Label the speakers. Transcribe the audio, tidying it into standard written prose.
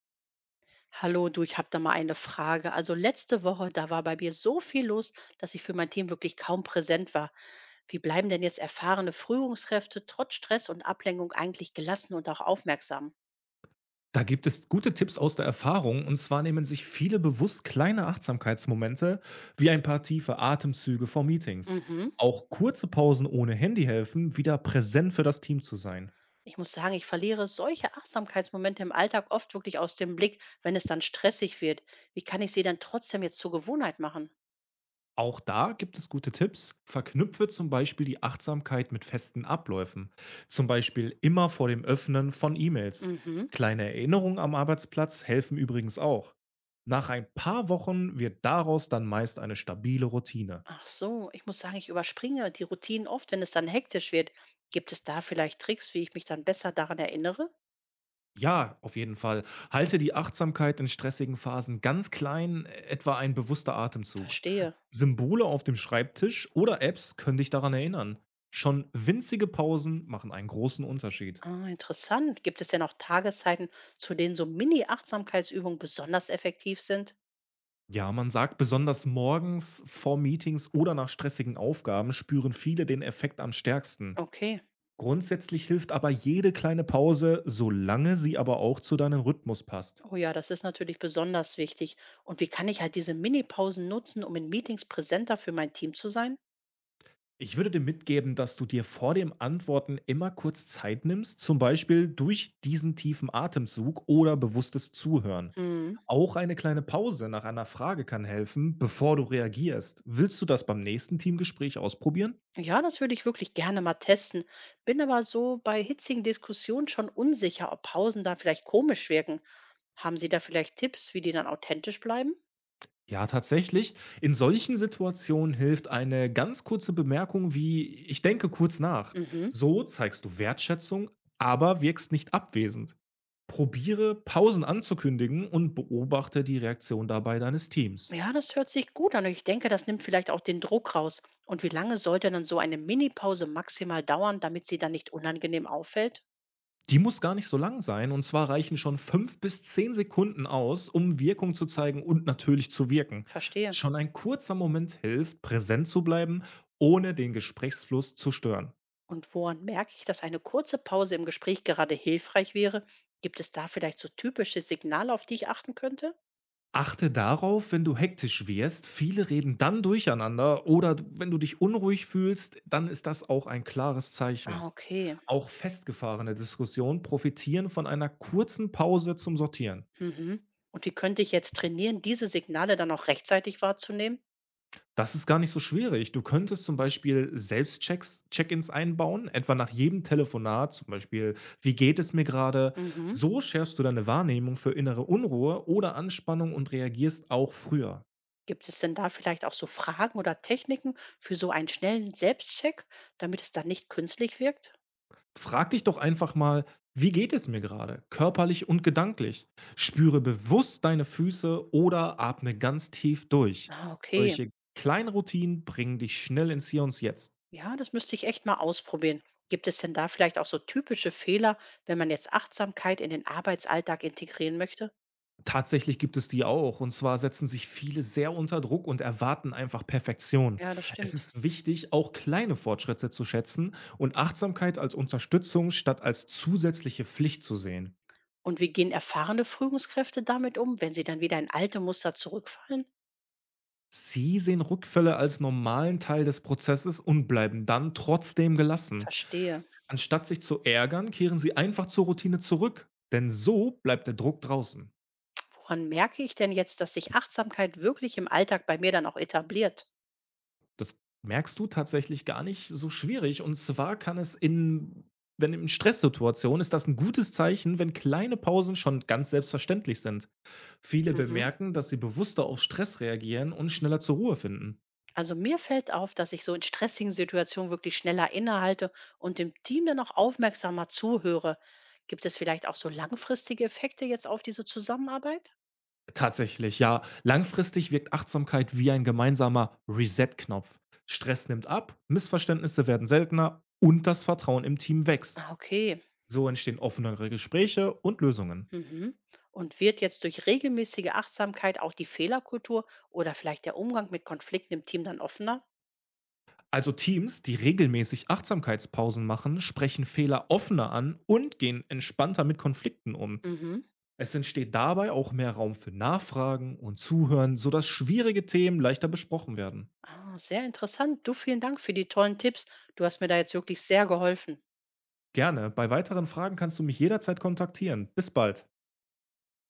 Speaker 1: Hallo, du, ich habe da mal eine Frage. Also letzte Woche, da war bei mir so viel los, dass ich für mein Team wirklich kaum präsent war. Wie bleiben denn jetzt erfahrene Führungskräfte trotz Stress und Ablenkung eigentlich gelassen und auch aufmerksam?
Speaker 2: Da gibt es gute Tipps aus der Erfahrung, und zwar nehmen sich viele bewusst kleine Achtsamkeitsmomente wie ein paar tiefe Atemzüge vor Meetings.
Speaker 1: Mhm.
Speaker 2: Auch kurze Pausen ohne Handy helfen, wieder präsent für das Team zu sein.
Speaker 1: Ich muss sagen, ich verliere solche Achtsamkeitsmomente im Alltag oft wirklich aus dem Blick, wenn es dann stressig wird. Wie kann ich sie dann trotzdem jetzt zur Gewohnheit machen?
Speaker 2: Auch da gibt es gute Tipps. Verknüpfe zum Beispiel die Achtsamkeit mit festen Abläufen. Zum Beispiel immer vor dem Öffnen von E-Mails.
Speaker 1: Mhm.
Speaker 2: Kleine Erinnerungen am Arbeitsplatz helfen übrigens auch. Nach ein paar Wochen wird daraus dann meist eine stabile Routine.
Speaker 1: Ach so, ich muss sagen, ich überspringe die Routinen oft, wenn es dann hektisch wird. Gibt es da vielleicht Tricks, wie ich mich dann besser daran erinnere?
Speaker 2: Ja, auf jeden Fall. Halte die Achtsamkeit in stressigen Phasen ganz klein, etwa ein bewusster Atemzug.
Speaker 1: Verstehe.
Speaker 2: Symbole auf dem Schreibtisch oder Apps können dich daran erinnern. Schon winzige Pausen machen einen großen Unterschied.
Speaker 1: Ah, interessant. Gibt es denn auch Tageszeiten, zu denen so Mini-Achtsamkeitsübungen besonders effektiv sind?
Speaker 2: Ja, man sagt, besonders morgens vor Meetings oder nach stressigen Aufgaben spüren viele den Effekt am stärksten.
Speaker 1: Okay.
Speaker 2: Grundsätzlich hilft aber jede kleine Pause, solange sie aber auch zu deinem Rhythmus passt.
Speaker 1: Oh ja, das ist natürlich besonders wichtig. Und wie kann ich halt diese Mini-Pausen nutzen, um in Meetings präsenter für mein Team zu sein?
Speaker 2: Ich würde dir mitgeben, dass du dir vor dem Antworten immer kurz Zeit nimmst, zum Beispiel durch diesen tiefen Atemzug oder bewusstes Zuhören.
Speaker 1: Mhm.
Speaker 2: Auch eine kleine Pause nach einer Frage kann helfen, bevor du reagierst. Willst du das beim nächsten Teamgespräch ausprobieren?
Speaker 1: Ja, das würde ich wirklich gerne mal testen. Bin aber so bei hitzigen Diskussionen schon unsicher, ob Pausen da vielleicht komisch wirken. Haben Sie da vielleicht Tipps, wie die dann authentisch bleiben?
Speaker 2: Ja, tatsächlich. In solchen Situationen hilft eine ganz kurze Bemerkung wie ich denke kurz nach.
Speaker 1: Mhm.
Speaker 2: So zeigst du Wertschätzung, aber wirkst nicht abwesend. Probiere Pausen anzukündigen und beobachte die Reaktion dabei deines Teams.
Speaker 1: Ja, das hört sich gut an. Ich denke, das nimmt vielleicht auch den Druck raus. Und wie lange sollte dann so eine Minipause maximal dauern, damit sie dann nicht unangenehm auffällt?
Speaker 2: Die muss gar nicht so lang sein, und zwar reichen schon 5 bis 10 Sekunden aus, um Wirkung zu zeigen und natürlich zu wirken.
Speaker 1: Verstehe.
Speaker 2: Schon ein kurzer Moment hilft, präsent zu bleiben, ohne den Gesprächsfluss zu stören.
Speaker 1: Und woran merke ich, dass eine kurze Pause im Gespräch gerade hilfreich wäre? Gibt es da vielleicht so typische Signale, auf die ich achten könnte?
Speaker 2: Achte darauf, wenn du hektisch wirst, viele reden dann durcheinander oder wenn du dich unruhig fühlst, dann ist das auch ein klares Zeichen.
Speaker 1: Ah, okay.
Speaker 2: Auch festgefahrene Diskussionen profitieren von einer kurzen Pause zum Sortieren.
Speaker 1: Mhm. Und wie könnte ich jetzt trainieren, diese Signale dann auch rechtzeitig wahrzunehmen?
Speaker 2: Das ist gar nicht so schwierig. Du könntest zum Beispiel Selbstchecks Check-ins einbauen, etwa nach jedem Telefonat, zum Beispiel: „Wie geht es mir gerade?“
Speaker 1: Mhm.
Speaker 2: So schärfst du deine Wahrnehmung für innere Unruhe oder Anspannung und reagierst auch früher.
Speaker 1: Gibt es denn da vielleicht auch so Fragen oder Techniken für so einen schnellen Selbstcheck, damit es dann nicht künstlich wirkt?
Speaker 2: Frag dich doch einfach mal: „Wie geht es mir gerade, körperlich und gedanklich?“ Spüre bewusst deine Füße oder atme ganz tief durch.
Speaker 1: Ah, okay.
Speaker 2: Solche kleinen Routinen bringen dich schnell ins Hier und Jetzt.
Speaker 1: Ja, das müsste ich echt mal ausprobieren. Gibt es denn da vielleicht auch so typische Fehler, wenn man jetzt Achtsamkeit in den Arbeitsalltag integrieren möchte?
Speaker 2: Tatsächlich gibt es die auch. Und zwar setzen sich viele sehr unter Druck und erwarten einfach Perfektion.
Speaker 1: Ja, das
Speaker 2: Es
Speaker 1: stimmt.
Speaker 2: ist wichtig, auch kleine Fortschritte zu schätzen und Achtsamkeit als Unterstützung statt als zusätzliche Pflicht zu sehen.
Speaker 1: Und wie gehen erfahrene Führungskräfte damit um, wenn sie dann wieder in alte Muster zurückfallen?
Speaker 2: Sie sehen Rückfälle als normalen Teil des Prozesses und bleiben dann trotzdem gelassen.
Speaker 1: Verstehe.
Speaker 2: Anstatt sich zu ärgern, kehren sie einfach zur Routine zurück. Denn so bleibt der Druck draußen.
Speaker 1: Woran merke ich denn jetzt, dass sich Achtsamkeit wirklich im Alltag bei mir dann auch etabliert?
Speaker 2: Das merkst du tatsächlich gar nicht so schwierig. Und zwar kann es in wenn in Stresssituationen ist das ein gutes Zeichen, wenn kleine Pausen schon ganz selbstverständlich sind. Viele
Speaker 1: Mhm.
Speaker 2: bemerken, dass sie bewusster auf Stress reagieren und schneller zur Ruhe finden.
Speaker 1: Also mir fällt auf, dass ich so in stressigen Situationen wirklich schneller innehalte und dem Team dann auch aufmerksamer zuhöre. Gibt es vielleicht auch so langfristige Effekte jetzt auf diese Zusammenarbeit?
Speaker 2: Tatsächlich, ja. Langfristig wirkt Achtsamkeit wie ein gemeinsamer Reset-Knopf. Stress nimmt ab, Missverständnisse werden seltener und das Vertrauen im Team wächst.
Speaker 1: Ah, okay.
Speaker 2: So entstehen offenere Gespräche und Lösungen.
Speaker 1: Mhm. Und wird jetzt durch regelmäßige Achtsamkeit auch die Fehlerkultur oder vielleicht der Umgang mit Konflikten im Team dann offener?
Speaker 2: Also Teams, die regelmäßig Achtsamkeitspausen machen, sprechen Fehler offener an und gehen entspannter mit Konflikten um.
Speaker 1: Mhm.
Speaker 2: Es entsteht dabei auch mehr Raum für Nachfragen und Zuhören, sodass schwierige Themen leichter besprochen werden.
Speaker 1: Ah, sehr interessant. Du, vielen Dank für die tollen Tipps. Du hast mir da jetzt wirklich sehr geholfen.
Speaker 2: Gerne, bei weiteren Fragen kannst du mich jederzeit kontaktieren. Bis bald.